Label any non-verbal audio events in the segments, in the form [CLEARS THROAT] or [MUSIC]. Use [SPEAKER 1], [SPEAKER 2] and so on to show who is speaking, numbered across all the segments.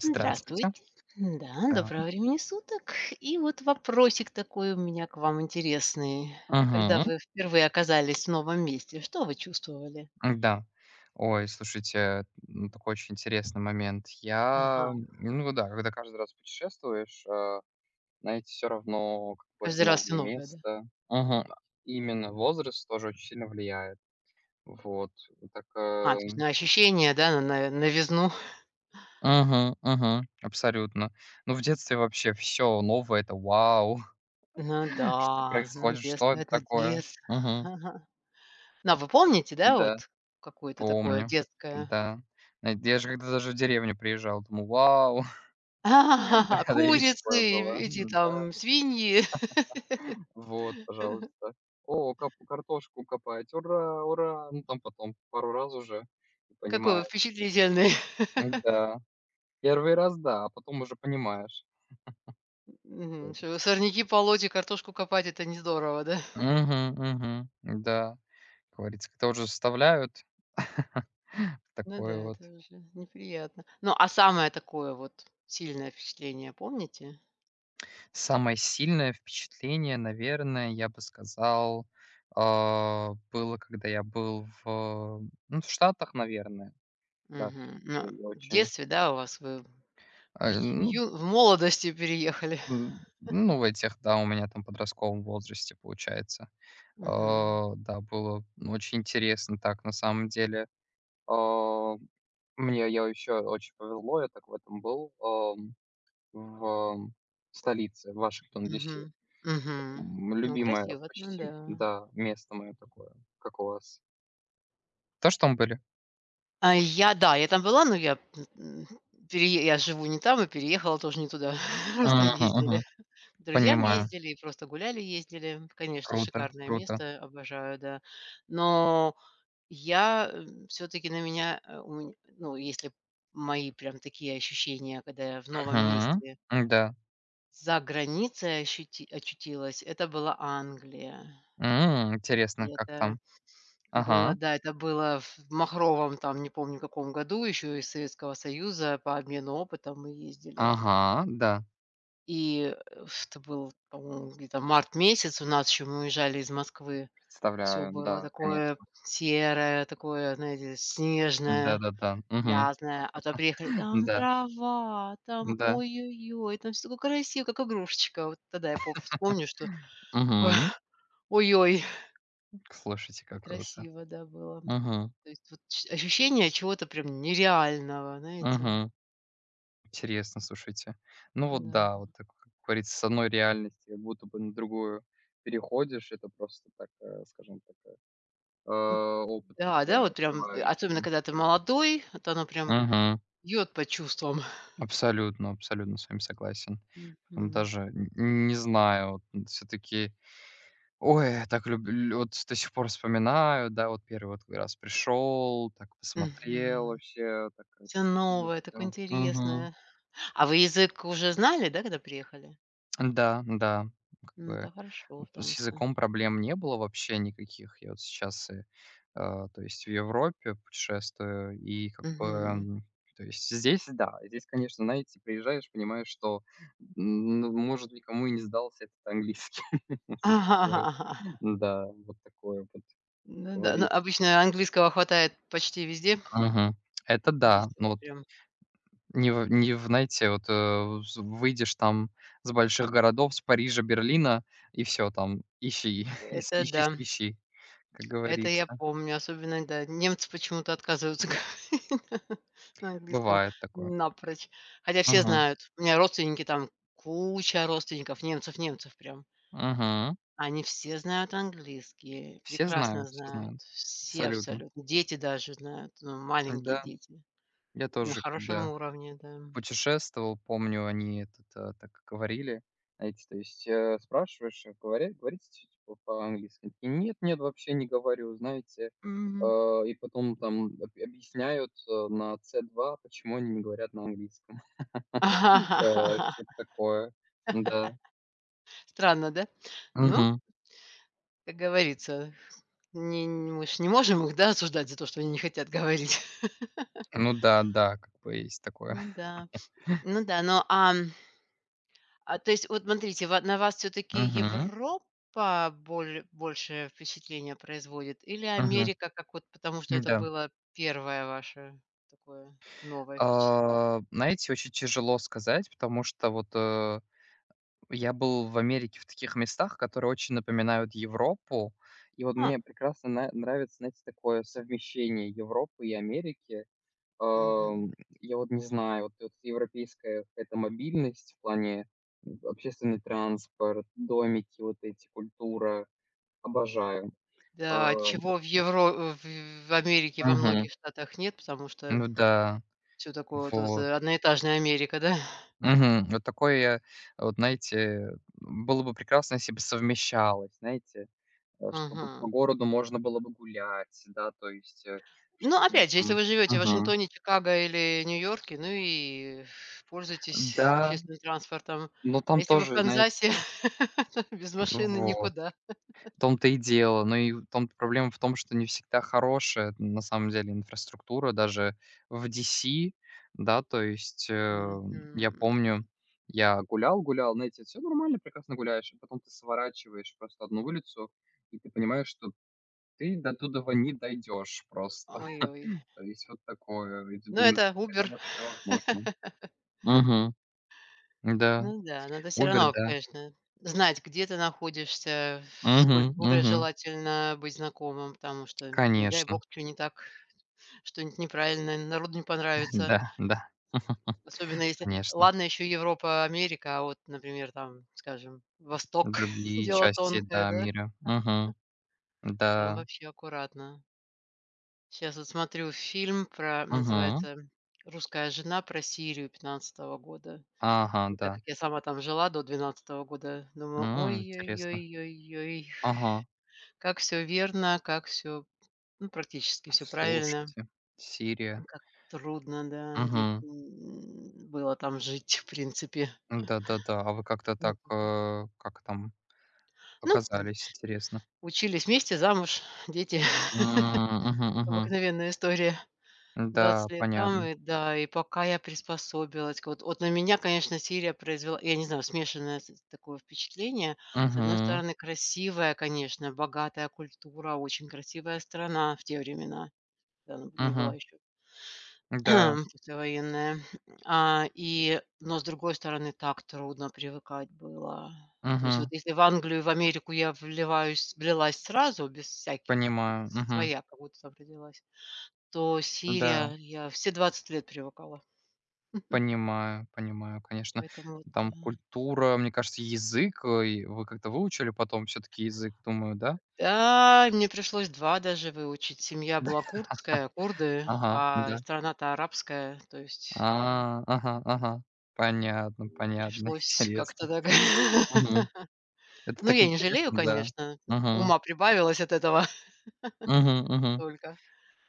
[SPEAKER 1] Здравствуйте.
[SPEAKER 2] Здравствуйте. Да,
[SPEAKER 1] Да.
[SPEAKER 2] доброго времени суток. И вот вопросик такой у меня к вам интересный. Когда
[SPEAKER 1] Мгм.
[SPEAKER 2] вы впервые оказались в новом месте, что вы чувствовали?
[SPEAKER 1] Да. Ой, слушайте, такой очень интересный момент. Я,
[SPEAKER 2] Ага,
[SPEAKER 1] ну вот да, когда каждый раз путешествуешь, знаете, все равно
[SPEAKER 2] каждый
[SPEAKER 1] какое-то
[SPEAKER 2] раз всё
[SPEAKER 1] новое
[SPEAKER 2] новое, да?
[SPEAKER 1] место. Мгм. Именно возраст тоже очень сильно влияет. Вот. Вот Так,
[SPEAKER 2] А,
[SPEAKER 1] э
[SPEAKER 2] то есть на ощущение, да, на новизну.
[SPEAKER 1] Мгм, мгм. Абсолютно. Ну, в детстве вообще все новое- это вау,
[SPEAKER 2] Ну
[SPEAKER 1] [LAUGHS] что
[SPEAKER 2] да, ну
[SPEAKER 1] происходит, что
[SPEAKER 2] детство-
[SPEAKER 1] это
[SPEAKER 2] это
[SPEAKER 1] такое?
[SPEAKER 2] детство. [LAUGHS]
[SPEAKER 1] Мгм.
[SPEAKER 2] Ага. Ну, а вы помните, да,
[SPEAKER 1] Да.
[SPEAKER 2] вот какое-то такое
[SPEAKER 1] Помню,
[SPEAKER 2] детское?
[SPEAKER 1] да. Я же когда даже в деревню приезжал, думал: "Вау!"
[SPEAKER 2] [LAUGHS]
[SPEAKER 1] [LAUGHS] Да, и
[SPEAKER 2] Курицы,
[SPEAKER 1] такое было.
[SPEAKER 2] эти
[SPEAKER 1] да
[SPEAKER 2] там свиньи. [LAUGHS]
[SPEAKER 1] вот, пожалуйста. "О, кап картошку копать! Ура, ура!" Ну, там потом пару раз уже и
[SPEAKER 2] Какой вы
[SPEAKER 1] понимаешь.
[SPEAKER 2] впечатлительный.
[SPEAKER 1] Да. Первый раз, да, а потом уже понимаешь.
[SPEAKER 2] Мгм. Что, сорняки полоть и картошку копать- это не здорово, да? [LAUGHS]
[SPEAKER 1] Угу, угу, да, как говорится, когда уже заставляют, [LAUGHS]
[SPEAKER 2] Ну да,
[SPEAKER 1] такое вот.
[SPEAKER 2] это уже неприятно. Ну, а самое такое вот сильное впечатление помните?
[SPEAKER 1] Самое сильное впечатление, наверное, я бы сказал, было, когда я был ну, в Штатах, наверное. Да,
[SPEAKER 2] Мгм. Ну,
[SPEAKER 1] все-таки я
[SPEAKER 2] в
[SPEAKER 1] очень,
[SPEAKER 2] детстве, да, у вас вы
[SPEAKER 1] ну,
[SPEAKER 2] в молодости переехали? [LAUGHS]
[SPEAKER 1] ну, в этих, да, у меня там подростковом возрасте получается.
[SPEAKER 2] Мгм.
[SPEAKER 1] Да, было ну, очень интересно так, на самом деле. А, мне Я еще очень повезло, я так в этом был, в столице в Вашингтон, Ди-Си.
[SPEAKER 2] Мгм. Мгм. Ну,
[SPEAKER 1] Любимое
[SPEAKER 2] красиво, ну
[SPEAKER 1] почти,
[SPEAKER 2] да.
[SPEAKER 1] да, место мое такое. Как у вас? То, что мы были?
[SPEAKER 2] А я, да, я там была, но я, м, перее я живу не там и переехала тоже не туда. [LAUGHS] Просто
[SPEAKER 1] Мгм,
[SPEAKER 2] ездили.
[SPEAKER 1] мгм.
[SPEAKER 2] К друзьям
[SPEAKER 1] Понимаю.
[SPEAKER 2] ездили и просто гуляли, ездили. Конечно,
[SPEAKER 1] Круто,
[SPEAKER 2] шикарное
[SPEAKER 1] круто.
[SPEAKER 2] место, обожаю, да. Но я, все таки на меня, у меня, ну, если мои прям такие ощущения, когда я в новом
[SPEAKER 1] Мгм.
[SPEAKER 2] месте
[SPEAKER 1] Да.
[SPEAKER 2] за границей ощути очутилась, это была Англия. И
[SPEAKER 1] Интересно, как
[SPEAKER 2] это
[SPEAKER 1] там?
[SPEAKER 2] было,
[SPEAKER 1] Ага,
[SPEAKER 2] да, это было в махровом там, не помню каком году, еще из Советского Союза, по обмену опытом мы ездили.
[SPEAKER 1] ага, да.
[SPEAKER 2] И, это был, по-моему, где-то март месяц у нас еще, мы уезжали из Москвы. Все
[SPEAKER 1] Представляю,
[SPEAKER 2] было
[SPEAKER 1] да,
[SPEAKER 2] такое
[SPEAKER 1] конечно.
[SPEAKER 2] серое, такое, знаете, снежное,
[SPEAKER 1] Да-да-да. Мгм.
[SPEAKER 2] грязное. А то приехали,
[SPEAKER 1] [LAUGHS]
[SPEAKER 2] там
[SPEAKER 1] Да,
[SPEAKER 2] трава, там
[SPEAKER 1] да.
[SPEAKER 2] ой-ой-ой, там все такое красиво, как игрушечка. Вот тогда я помню вспомню, что такое,
[SPEAKER 1] Мгм.
[SPEAKER 2] [LAUGHS] ой-ой,
[SPEAKER 1] Слушайте, как круто.
[SPEAKER 2] красиво, да, было.
[SPEAKER 1] Мгм,
[SPEAKER 2] То есть вот ч ощущение чего-то прям нереального, знаете.
[SPEAKER 1] мгм. Интересно, слушайте. Ну вот
[SPEAKER 2] Да.
[SPEAKER 1] да, вот так, как говорится, с одной реальности как будто бы на другую переходишь. Это просто так, скажем так, опыт
[SPEAKER 2] Да,
[SPEAKER 1] такой
[SPEAKER 2] да, вот прям, особенно
[SPEAKER 1] открывающий.
[SPEAKER 2] когда ты молодой, вот оно прям
[SPEAKER 1] Мгм.
[SPEAKER 2] бьет по чувствам.
[SPEAKER 1] Абсолютно, абсолютно с вами согласен.
[SPEAKER 2] [LAUGHS]
[SPEAKER 1] Потом
[SPEAKER 2] Мгм.
[SPEAKER 1] даже н не знаю, вот, таки ой, я так люблю, вот до сих пор вспоминаю, да, вот первый вот раз пришел, так посмотрел
[SPEAKER 2] Мгм.
[SPEAKER 1] вообще, так
[SPEAKER 2] Всё
[SPEAKER 1] красиво
[SPEAKER 2] новое, такое
[SPEAKER 1] все. Мгм.
[SPEAKER 2] интересное. А вы язык уже знали, да, когда приехали?
[SPEAKER 1] Да, да, как
[SPEAKER 2] Ну, это
[SPEAKER 1] бы
[SPEAKER 2] хорошо, потому
[SPEAKER 1] с
[SPEAKER 2] что.
[SPEAKER 1] языком проблем не было вообще никаких. Я вот сейчас, то есть в Европе путешествую, и как бы,
[SPEAKER 2] Мгм.
[SPEAKER 1] то есть здесь, да, здесь, конечно, знаете, приезжаешь, понимаешь, что, ну, может, никому и не сдался этот английский. [LAUGHS]
[SPEAKER 2] [LAUGHS]
[SPEAKER 1] Зачастую.
[SPEAKER 2] Ага.
[SPEAKER 1] Да, вот такое вот,
[SPEAKER 2] Ну
[SPEAKER 1] как
[SPEAKER 2] да, ну,
[SPEAKER 1] говорится.
[SPEAKER 2] обычно английского хватает почти везде.
[SPEAKER 1] Мгм. Это да.
[SPEAKER 2] Есть вот
[SPEAKER 1] Ну вот.
[SPEAKER 2] прям
[SPEAKER 1] Не в не в, Знаете, вот, э, з выйдешь там с больших городов, с Парижа, Берлина, и все там, ищи, [LAUGHS] ис
[SPEAKER 2] это
[SPEAKER 1] ищи,
[SPEAKER 2] да,
[SPEAKER 1] свищи, как
[SPEAKER 2] это я
[SPEAKER 1] говорится.
[SPEAKER 2] помню. Особенно, да, немцы почему-то отказываются [LAUGHS] говорить на английском
[SPEAKER 1] Бывает такое.
[SPEAKER 2] напрочь. Хотя все
[SPEAKER 1] Мгм,
[SPEAKER 2] знают. У меня родственники там, куча родственников, немцев, немцев прям.
[SPEAKER 1] мгм.
[SPEAKER 2] Они все знают английский,
[SPEAKER 1] Все
[SPEAKER 2] прекрасно
[SPEAKER 1] знают, все
[SPEAKER 2] знают,
[SPEAKER 1] знают.
[SPEAKER 2] все
[SPEAKER 1] Абсолютно.
[SPEAKER 2] абсолютно. Дети даже знают, ну, маленькие
[SPEAKER 1] Да,
[SPEAKER 2] дети.
[SPEAKER 1] я
[SPEAKER 2] На
[SPEAKER 1] тоже,
[SPEAKER 2] хорошем
[SPEAKER 1] когда
[SPEAKER 2] уровне, да.
[SPEAKER 1] путешествовал, помню, они этот, так говорили. Знаете, то есть, спрашиваешь, говоря говорите типа по-английски? Они такие: "Нет, нет, вообще не говорю", знаете.
[SPEAKER 2] Мгм.
[SPEAKER 1] И потом там об объясняют, на С2, почему они не говорят на английском. [LAUGHS] Что-то
[SPEAKER 2] [LAUGHS]
[SPEAKER 1] такое. Да.
[SPEAKER 2] Странно, да? Ну,
[SPEAKER 1] Мгм.
[SPEAKER 2] как говорится, не мы ж не можем их, да, осуждать за то, что они не хотят говорить. [LAUGHS]
[SPEAKER 1] Ну да, да, как бы есть такое.
[SPEAKER 2] Ну да, ну да, но, то есть, вот смотрите, ва на вас все таки
[SPEAKER 1] Мгм.
[SPEAKER 2] Европа большее впечатление производит или
[SPEAKER 1] Мгм.
[SPEAKER 2] Америка, как вот, потому что это
[SPEAKER 1] Да.
[SPEAKER 2] было первое ваше такое новое впечатление?
[SPEAKER 1] Знаете, очень тяжело сказать, потому что вот, я был в Америке в таких местах, которые очень напоминают Европу. И вот
[SPEAKER 2] А,
[SPEAKER 1] мне прекрасно на нравится, знаете, такое совмещение Европы и Америки.
[SPEAKER 2] мгм.
[SPEAKER 1] Ам, я вот не знаю, вот эта европейская какая-то мобильность в плане, общественный транспорт, домики вот эти, культура. Обожаю.
[SPEAKER 2] Да,
[SPEAKER 1] Ам.
[SPEAKER 2] чего в Евро в Америке во
[SPEAKER 1] Мгм.
[SPEAKER 2] многих штатах нет, потому что
[SPEAKER 1] Ну да,
[SPEAKER 2] все такое вот вот
[SPEAKER 1] вот.
[SPEAKER 2] э, одноэтажная Америка, да?
[SPEAKER 1] Мгм. Вот такое я, вот знаете, было бы прекрасно, если бы совмещалось, знаете. Чтобы по
[SPEAKER 2] Мгм.
[SPEAKER 1] городу можно было бы гулять, да, то есть,
[SPEAKER 2] Ну,
[SPEAKER 1] чтобы
[SPEAKER 2] опять же, если
[SPEAKER 1] там.
[SPEAKER 2] вы живете в
[SPEAKER 1] Мгм.
[SPEAKER 2] Вашингтоне, Чикаго или Нью-Йорке, ну и пользуйтесь
[SPEAKER 1] Да,
[SPEAKER 2] общественным транспортом.
[SPEAKER 1] но
[SPEAKER 2] А
[SPEAKER 1] там
[SPEAKER 2] если вы в
[SPEAKER 1] тоже, знаете,
[SPEAKER 2] Канзасе, [LAUGHS] то без
[SPEAKER 1] ну
[SPEAKER 2] машины
[SPEAKER 1] вот,
[SPEAKER 2] никуда.
[SPEAKER 1] в том-то и дело. Но и в том проблема в том, что не всегда хорошая, на самом деле, инфраструктура даже в DC, да, то есть, я
[SPEAKER 2] Мгм.
[SPEAKER 1] помню, я гулял, знаете, все нормально, прекрасно гуляешь, а потом ты сворачиваешь просто одну улицу, и ты понимаешь, что ты до туда не дойдешь просто.
[SPEAKER 2] Ой-ой.
[SPEAKER 1] То есть вот такое. И ты
[SPEAKER 2] Ну, это
[SPEAKER 1] думаешь, это
[SPEAKER 2] Uber.
[SPEAKER 1] вообще возможно?
[SPEAKER 2] [LAUGHS]
[SPEAKER 1] Мгм. Да.
[SPEAKER 2] Ну да, надо все
[SPEAKER 1] Uber,
[SPEAKER 2] равно,
[SPEAKER 1] да.
[SPEAKER 2] конечно, знать, где ты находишься, с
[SPEAKER 1] Мгм,
[SPEAKER 2] культурой
[SPEAKER 1] мгм.
[SPEAKER 2] желательно быть знакомым, потому что, не дай
[SPEAKER 1] Конечно.
[SPEAKER 2] бог, чё не так, что-нибудь неправильное, народу не
[SPEAKER 1] [LAUGHS]
[SPEAKER 2] понравится.
[SPEAKER 1] Да, да. [LAUGHS]
[SPEAKER 2] Особенно если
[SPEAKER 1] Конечно.
[SPEAKER 2] ладно еще Европа, Америка, а вот, например, там, скажем, Восток, [LAUGHS]
[SPEAKER 1] Другие
[SPEAKER 2] дело
[SPEAKER 1] части,
[SPEAKER 2] тонкое,
[SPEAKER 1] да,
[SPEAKER 2] да,
[SPEAKER 1] мира. Мгм.
[SPEAKER 2] там
[SPEAKER 1] Да.
[SPEAKER 2] вообще аккуратно. Сейчас вот смотрю фильм, про
[SPEAKER 1] Мгм.
[SPEAKER 2] называется "Русская жена", про Сирию 15-го года.
[SPEAKER 1] Ага,
[SPEAKER 2] И так
[SPEAKER 1] да.
[SPEAKER 2] как я сама там жила до 12-го года, думаю:
[SPEAKER 1] Интересно.
[SPEAKER 2] "Ой-ой-ой-ой-ой,
[SPEAKER 1] Ага.
[SPEAKER 2] как все верно, как все, ну, практически все правильно,
[SPEAKER 1] Слушайте, Сирия.
[SPEAKER 2] как трудно, да,
[SPEAKER 1] Мгм.
[SPEAKER 2] было там жить, в принципе".
[SPEAKER 1] Да-да-да. А вы как-то так,
[SPEAKER 2] Мгм.
[SPEAKER 1] как там
[SPEAKER 2] Ну,
[SPEAKER 1] оказались, интересно?
[SPEAKER 2] учились вместе, замуж, дети.
[SPEAKER 1] М,
[SPEAKER 2] [LAUGHS]
[SPEAKER 1] Мгм, мгм.
[SPEAKER 2] Обыкновенная история.
[SPEAKER 1] Да,
[SPEAKER 2] 20 лет там,
[SPEAKER 1] понятно.
[SPEAKER 2] и да, и пока я приспособилась. Вот на меня, конечно, Сирия произвела, я не знаю, смешанное с такое впечатление. С одной
[SPEAKER 1] Угу,
[SPEAKER 2] стороны, красивая, конечно, богатая культура, очень красивая страна в те времена, когда она не была
[SPEAKER 1] мгм.
[SPEAKER 2] еще
[SPEAKER 1] Да,
[SPEAKER 2] [CLEARS THROAT] послевоенная. Но с другой стороны, так трудно привыкать было. То есть вот
[SPEAKER 1] мгм,
[SPEAKER 2] если в Англию и в Америку я влилась сразу, без всяких,
[SPEAKER 1] понимаю, мгм.
[SPEAKER 2] своя, как будто там родилась. То
[SPEAKER 1] Да,
[SPEAKER 2] Сирия, я все 20 лет привыкала.
[SPEAKER 1] понимаю, понимаю, конечно.
[SPEAKER 2] Поэтому вот.
[SPEAKER 1] Там культура, мне кажется, язык, и вы как-то выучили потом все таки язык, думаю, да?
[SPEAKER 2] Да, мне пришлось 2 даже выучить. Семья была курдская, курды,
[SPEAKER 1] Ага,
[SPEAKER 2] а
[SPEAKER 1] да.
[SPEAKER 2] страна-то арабская. То есть, да,
[SPEAKER 1] А, ага, ага. Понятно, понятно, [LAUGHS]
[SPEAKER 2] пришлось как-то
[SPEAKER 1] интересно.
[SPEAKER 2] так.
[SPEAKER 1] Мгм.
[SPEAKER 2] [LAUGHS]
[SPEAKER 1] Это
[SPEAKER 2] Ну,
[SPEAKER 1] так
[SPEAKER 2] я не жалею,
[SPEAKER 1] интересно, да.
[SPEAKER 2] конечно,
[SPEAKER 1] Мгм,
[SPEAKER 2] ума прибавилось от этого [LAUGHS]
[SPEAKER 1] мгм, мгм.
[SPEAKER 2] только.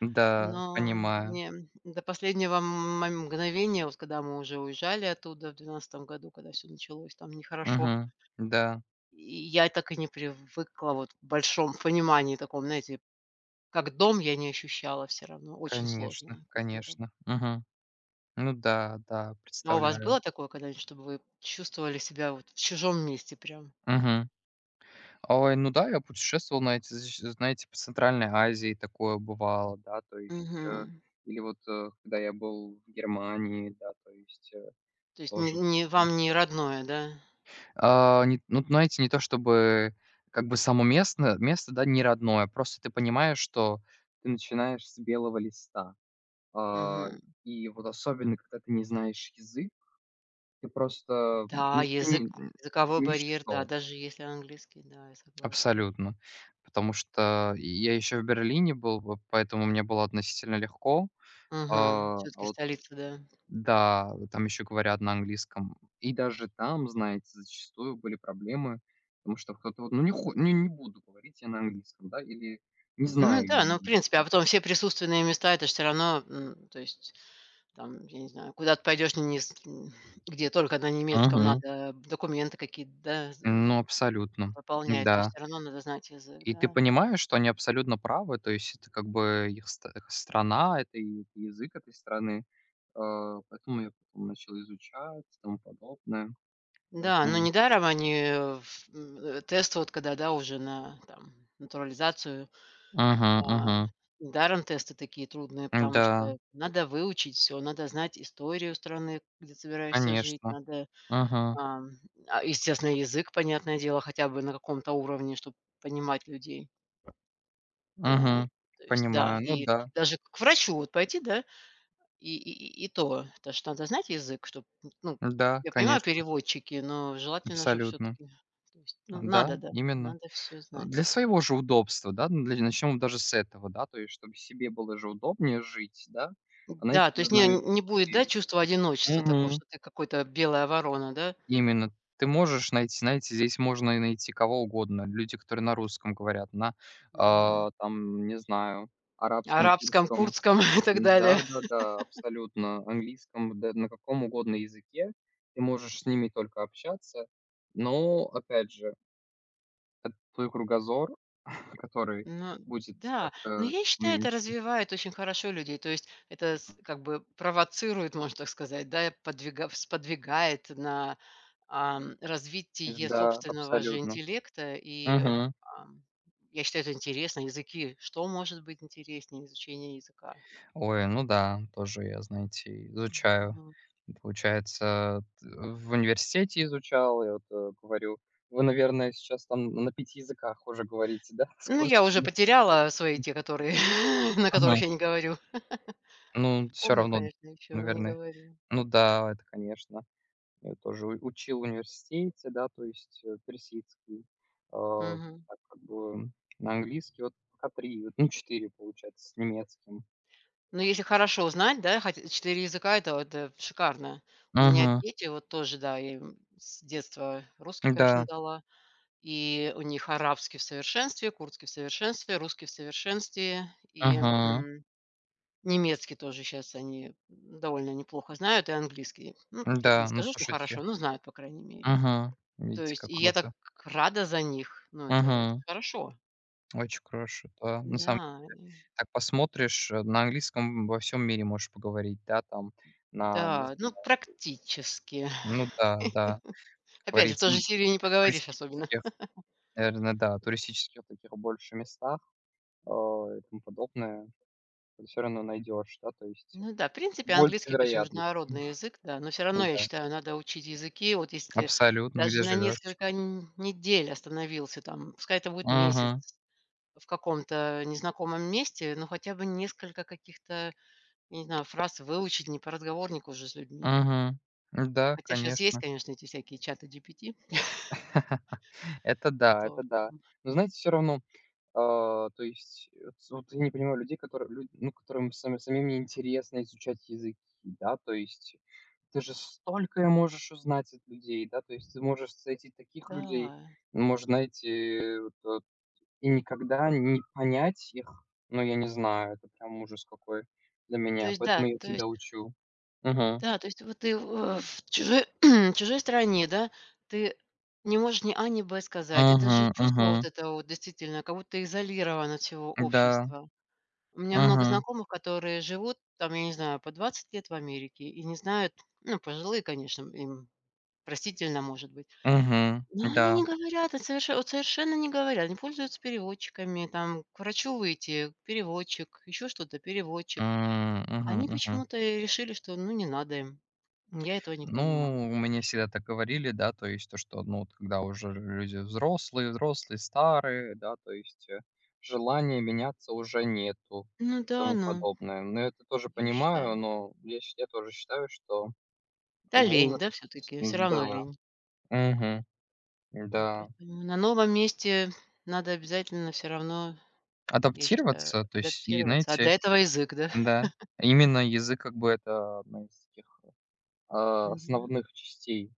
[SPEAKER 1] Да,
[SPEAKER 2] Но
[SPEAKER 1] понимаю.
[SPEAKER 2] не до последнего мгновения, вот когда мы уже уезжали оттуда в 12-м году, когда все началось там нехорошо.
[SPEAKER 1] Мгм. Да,
[SPEAKER 2] И я так и не привыкла вот в большом понимании таком, знаете, как дом я не ощущала все равно. Очень
[SPEAKER 1] конечно,
[SPEAKER 2] сложная культура.
[SPEAKER 1] конечно. Мгм. Ну да, да,
[SPEAKER 2] А у вас
[SPEAKER 1] представляю.
[SPEAKER 2] было такое когда-нибудь, чтобы вы чувствовали себя вот в чужом месте прям?
[SPEAKER 1] Мгм. Ой, ну да, я путешествовал, знаете, защ знаете, по Центральной Азии такое бывало, да, то есть,
[SPEAKER 2] Мгм.
[SPEAKER 1] или вот, когда я был в Германии, да, то есть,
[SPEAKER 2] То есть не
[SPEAKER 1] тоже.
[SPEAKER 2] не вам не родное, да?
[SPEAKER 1] Не ну, знаете, не то чтобы как бы само место, да, не родное, просто ты понимаешь, что ты начинаешь с белого листа. А,
[SPEAKER 2] Мгм.
[SPEAKER 1] и вот особенно, когда ты не знаешь язык, ты просто,
[SPEAKER 2] Да, язык,
[SPEAKER 1] ни
[SPEAKER 2] языковой
[SPEAKER 1] ни
[SPEAKER 2] барьер,
[SPEAKER 1] ничто.
[SPEAKER 2] да, даже если английский, да, я согласна.
[SPEAKER 1] Абсолютно. Потому что я еще в Берлине был, вот поэтому мне было относительно легко.
[SPEAKER 2] Мгм. Всё-таки
[SPEAKER 1] Вот,
[SPEAKER 2] столица, да.
[SPEAKER 1] да, вот там еще говорят на английском. И даже там, знаете, зачастую были проблемы, потому что кто-то вот, ну не, не, не буду говорить я на английском, да, или не
[SPEAKER 2] Ну
[SPEAKER 1] знаю я
[SPEAKER 2] да, ну, в принципе, а
[SPEAKER 1] английского.
[SPEAKER 2] потом все присутственные места- это ж всё равно, то есть, там, я не знаю, куда ты пойдешь, не где только на немецком
[SPEAKER 1] Мгм.
[SPEAKER 2] надо документы какие-то, да,
[SPEAKER 1] Ну,
[SPEAKER 2] з
[SPEAKER 1] абсолютно,
[SPEAKER 2] заполнять, то есть
[SPEAKER 1] да.
[SPEAKER 2] все равно надо знать язык,
[SPEAKER 1] И ты
[SPEAKER 2] да.
[SPEAKER 1] понимаешь, что они абсолютно правы. То есть это как бы их ст их страна, это и язык этой страны. Поэтому я потом начал изучать и тому подобное.
[SPEAKER 2] Да, но
[SPEAKER 1] Поэтому
[SPEAKER 2] недаром они, тест вот когда, да, уже на, там, натурализацию,
[SPEAKER 1] Мгм,
[SPEAKER 2] а,
[SPEAKER 1] мгм.
[SPEAKER 2] недаром тесты такие трудные, потому
[SPEAKER 1] Да,
[SPEAKER 2] что надо выучить все, надо знать историю страны, где собираешься жить,
[SPEAKER 1] конечно.
[SPEAKER 2] надо.
[SPEAKER 1] Мгм,
[SPEAKER 2] Ам, Естественно, язык, понятное дело, хотя бы на каком-то уровне, чтобы понимать людей. Э,
[SPEAKER 1] мгм.
[SPEAKER 2] То есть, да,
[SPEAKER 1] Понимаю. Ну
[SPEAKER 2] и
[SPEAKER 1] да,
[SPEAKER 2] даже к врачу вот пойти, да, и и и то что надо знать язык, чтобы, ну,
[SPEAKER 1] да,
[SPEAKER 2] я понимаю,
[SPEAKER 1] конечно,
[SPEAKER 2] переводчики, но желательно, чтобы все
[SPEAKER 1] абсолютно.
[SPEAKER 2] таки, ну,
[SPEAKER 1] Да,
[SPEAKER 2] надо, да,
[SPEAKER 1] именно.
[SPEAKER 2] надо все
[SPEAKER 1] Для
[SPEAKER 2] знать.
[SPEAKER 1] своего же удобства, да, ну, для начнем даже с этого, да, то есть чтобы себе было же удобнее жить, да. Знаете,
[SPEAKER 2] Да, то
[SPEAKER 1] я
[SPEAKER 2] есть не
[SPEAKER 1] знаю
[SPEAKER 2] не
[SPEAKER 1] этих
[SPEAKER 2] будет, да,
[SPEAKER 1] людей.
[SPEAKER 2] чувства одиночества такого, что ты какой-то белая ворона, да?
[SPEAKER 1] Именно. Ты можешь найти, знаете, здесь можно и найти кого угодно. Люди, которые на русском говорят,
[SPEAKER 2] Мгм.
[SPEAKER 1] там, не знаю, арабском,
[SPEAKER 2] Арабском,
[SPEAKER 1] турском.
[SPEAKER 2] курдском [LAUGHS] и так далее.
[SPEAKER 1] Да-да-да, абсолютно. Английском, да на каком угодно языке. Ты можешь с ними только общаться. Но, опять же, это твой кругозор, [LAUGHS] который
[SPEAKER 2] Ну
[SPEAKER 1] будет
[SPEAKER 2] да,
[SPEAKER 1] так,
[SPEAKER 2] но я считаю, это
[SPEAKER 1] уменьшен.
[SPEAKER 2] развивает очень хорошо людей. То есть это, как бы, провоцирует, можно так сказать, да, сподвигает на, развитие
[SPEAKER 1] Да,
[SPEAKER 2] собственного же
[SPEAKER 1] абсолютно.
[SPEAKER 2] интеллекта. И,
[SPEAKER 1] Мгм.
[SPEAKER 2] ам, я считаю, это интересно. Языки, что может быть интереснее изучение языка?
[SPEAKER 1] Ой, ну да, тоже я, знаете, изучаю.
[SPEAKER 2] Да.
[SPEAKER 1] И получается, в университете изучал, я вот говорю, вы, наверное, сейчас там на пяти языках уже говорите, да, [LAUGHS] с
[SPEAKER 2] Ну, я уже
[SPEAKER 1] курсами?
[SPEAKER 2] потеряла свои те, которые, [LAUGHS] на которых
[SPEAKER 1] Ага.
[SPEAKER 2] я не говорю.
[SPEAKER 1] Ну, все
[SPEAKER 2] Помню,
[SPEAKER 1] равно,
[SPEAKER 2] конечно, еще, но не
[SPEAKER 1] наверное.
[SPEAKER 2] говорю.
[SPEAKER 1] Ну да, это, конечно. Я тоже учил в университете, да, то есть персидский, э,
[SPEAKER 2] Мгм.
[SPEAKER 1] так как бы на английский, вот пока три, вот, ну, четыре, получается, с немецким.
[SPEAKER 2] Ну, если хорошо знать, да, хотя 4 языка- это шикарно. У меня
[SPEAKER 1] Угу,
[SPEAKER 2] дети вот тоже, да, я им с детства русский, конечно,
[SPEAKER 1] да,
[SPEAKER 2] дала. И у них арабский в совершенстве, курдский в совершенстве, русский в совершенстве и,
[SPEAKER 1] угу,
[SPEAKER 2] м, немецкий тоже сейчас они довольно неплохо знают, и английский. Ну, я бы не
[SPEAKER 1] да, ну,
[SPEAKER 2] скажу, что хорошо,
[SPEAKER 1] слушайте.
[SPEAKER 2] но знают, по крайней мере.
[SPEAKER 1] Мгм.
[SPEAKER 2] То
[SPEAKER 1] Видите,
[SPEAKER 2] есть
[SPEAKER 1] как
[SPEAKER 2] и я так
[SPEAKER 1] круто.
[SPEAKER 2] рада за них. Ну, это
[SPEAKER 1] Мгм.
[SPEAKER 2] хорошо.
[SPEAKER 1] Очень хорошо, да. На
[SPEAKER 2] Да,
[SPEAKER 1] самом деле,
[SPEAKER 2] и
[SPEAKER 1] так посмотришь, на английском во всем мире можешь поговорить, да, там, на, не
[SPEAKER 2] да, ну,
[SPEAKER 1] знаю,
[SPEAKER 2] практически.
[SPEAKER 1] ну
[SPEAKER 2] [LAUGHS]
[SPEAKER 1] да, да, как
[SPEAKER 2] Опять же, в
[SPEAKER 1] говорится,
[SPEAKER 2] той
[SPEAKER 1] ну,
[SPEAKER 2] же Сирии не
[SPEAKER 1] в
[SPEAKER 2] поговоришь особенно.
[SPEAKER 1] туристических, наверное, да, туристических таких больше местах, э, и тому подобное, ты всё равно найдешь, да, то есть
[SPEAKER 2] Ну да, в принципе,
[SPEAKER 1] больше
[SPEAKER 2] английский, конечно,
[SPEAKER 1] вероятность.
[SPEAKER 2] международный язык, да, но все
[SPEAKER 1] Ну
[SPEAKER 2] равно, я
[SPEAKER 1] да,
[SPEAKER 2] считаю, надо учить языки. Вот если ты
[SPEAKER 1] абсолютно,
[SPEAKER 2] даже
[SPEAKER 1] где
[SPEAKER 2] на
[SPEAKER 1] живешь.
[SPEAKER 2] несколько н недель остановился там, пускай это будет месяц,
[SPEAKER 1] Угу,
[SPEAKER 2] в каком-то незнакомом месте, но хотя бы несколько каких-то, я не знаю, фраз выучить не по разговорнику уже с людьми.
[SPEAKER 1] угу. Да,
[SPEAKER 2] Хотя сейчас есть,
[SPEAKER 1] конечно.
[SPEAKER 2] конечно, эти всякие чаты GPT. [LAUGHS]
[SPEAKER 1] [LAUGHS] Это да,
[SPEAKER 2] То
[SPEAKER 1] это да. Но знаете, все равно. То есть, э, ц вот я не понимаю людей, которые лю ну, которым сами самим неинтересно изучать языки, да. То есть ты же столько можешь узнать от людей, да, то есть ты можешь встретить таких людей,
[SPEAKER 2] да.
[SPEAKER 1] может, найти вот, и никогда не понять их, ну, я не знаю, это прям ужас какой для
[SPEAKER 2] То
[SPEAKER 1] меня,
[SPEAKER 2] есть да,
[SPEAKER 1] поэтому я
[SPEAKER 2] то есть.
[SPEAKER 1] всегда учу. Угу,
[SPEAKER 2] Да, то есть вот ты в чужой [CLEARS THROAT] чужой стране, да, ты не можешь ни "а", ни "б" сказать. Это же
[SPEAKER 1] угу,
[SPEAKER 2] чувство вот
[SPEAKER 1] мгм.
[SPEAKER 2] это вот действительно, как будто изолирован от всего
[SPEAKER 1] Да.
[SPEAKER 2] общества. У меня много
[SPEAKER 1] Угу,
[SPEAKER 2] знакомых, которые живут там, я не знаю, по 20 лет в Америке и не знают, ну, пожилые, конечно, им простительно, может быть.
[SPEAKER 1] угу.
[SPEAKER 2] Но они не
[SPEAKER 1] Да.
[SPEAKER 2] говорят, вот соверше вот совершенно не говорят, они пользуются переводчиками, там к врачу выйти- переводчик, еще что-то- переводчик.
[SPEAKER 1] Угу,
[SPEAKER 2] Они
[SPEAKER 1] угу.
[SPEAKER 2] почему-то и решили, что ну не надо им. Я этого не понимаю,
[SPEAKER 1] Ну, мне
[SPEAKER 2] конечно.
[SPEAKER 1] всегда так говорили, да, то есть то, что, ну, вот когда уже люди взрослые, взрослые, старые, да, то есть желания меняться уже нету,
[SPEAKER 2] Ну да,
[SPEAKER 1] тому
[SPEAKER 2] но
[SPEAKER 1] подобное. Но это тоже
[SPEAKER 2] я
[SPEAKER 1] понимаю,
[SPEAKER 2] считаю.
[SPEAKER 1] но я, я тоже считаю, что
[SPEAKER 2] Да, лень, да,
[SPEAKER 1] возраст,
[SPEAKER 2] все-таки, все равно
[SPEAKER 1] да,
[SPEAKER 2] лень.
[SPEAKER 1] мгм,
[SPEAKER 2] Ну,
[SPEAKER 1] да,
[SPEAKER 2] поэтому на новом месте надо обязательно все равно, я считаю,
[SPEAKER 1] адаптироваться, то есть, и,
[SPEAKER 2] адаптироваться. А
[SPEAKER 1] знаете,
[SPEAKER 2] для этого язык, да?
[SPEAKER 1] да, именно язык как бы это одна из таких,
[SPEAKER 2] Да.
[SPEAKER 1] основных частей,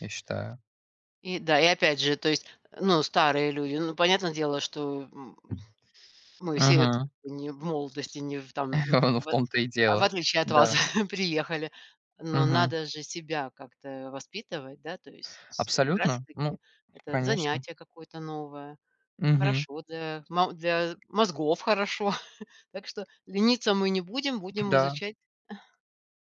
[SPEAKER 1] я считаю.
[SPEAKER 2] И да, и опять же, то есть, ну, старые люди, ну, понятное дело, что. Мы все как
[SPEAKER 1] Угу.
[SPEAKER 2] не в молодости, не в там, ну,
[SPEAKER 1] [LAUGHS] Ну, в
[SPEAKER 2] в
[SPEAKER 1] том-то и
[SPEAKER 2] а в
[SPEAKER 1] дело,
[SPEAKER 2] отличие от вас,
[SPEAKER 1] да.
[SPEAKER 2] [LAUGHS] приехали. Но
[SPEAKER 1] Мгм.
[SPEAKER 2] надо же себя как-то воспитывать, да, то есть как раз
[SPEAKER 1] Абсолютно, ну,
[SPEAKER 2] таки это
[SPEAKER 1] конечно.
[SPEAKER 2] занятие какое-то новое.
[SPEAKER 1] Мгм.
[SPEAKER 2] Хорошо для мозгов хорошо. [LAUGHS] Так что лениться мы не будем, будем
[SPEAKER 1] Да,
[SPEAKER 2] изучать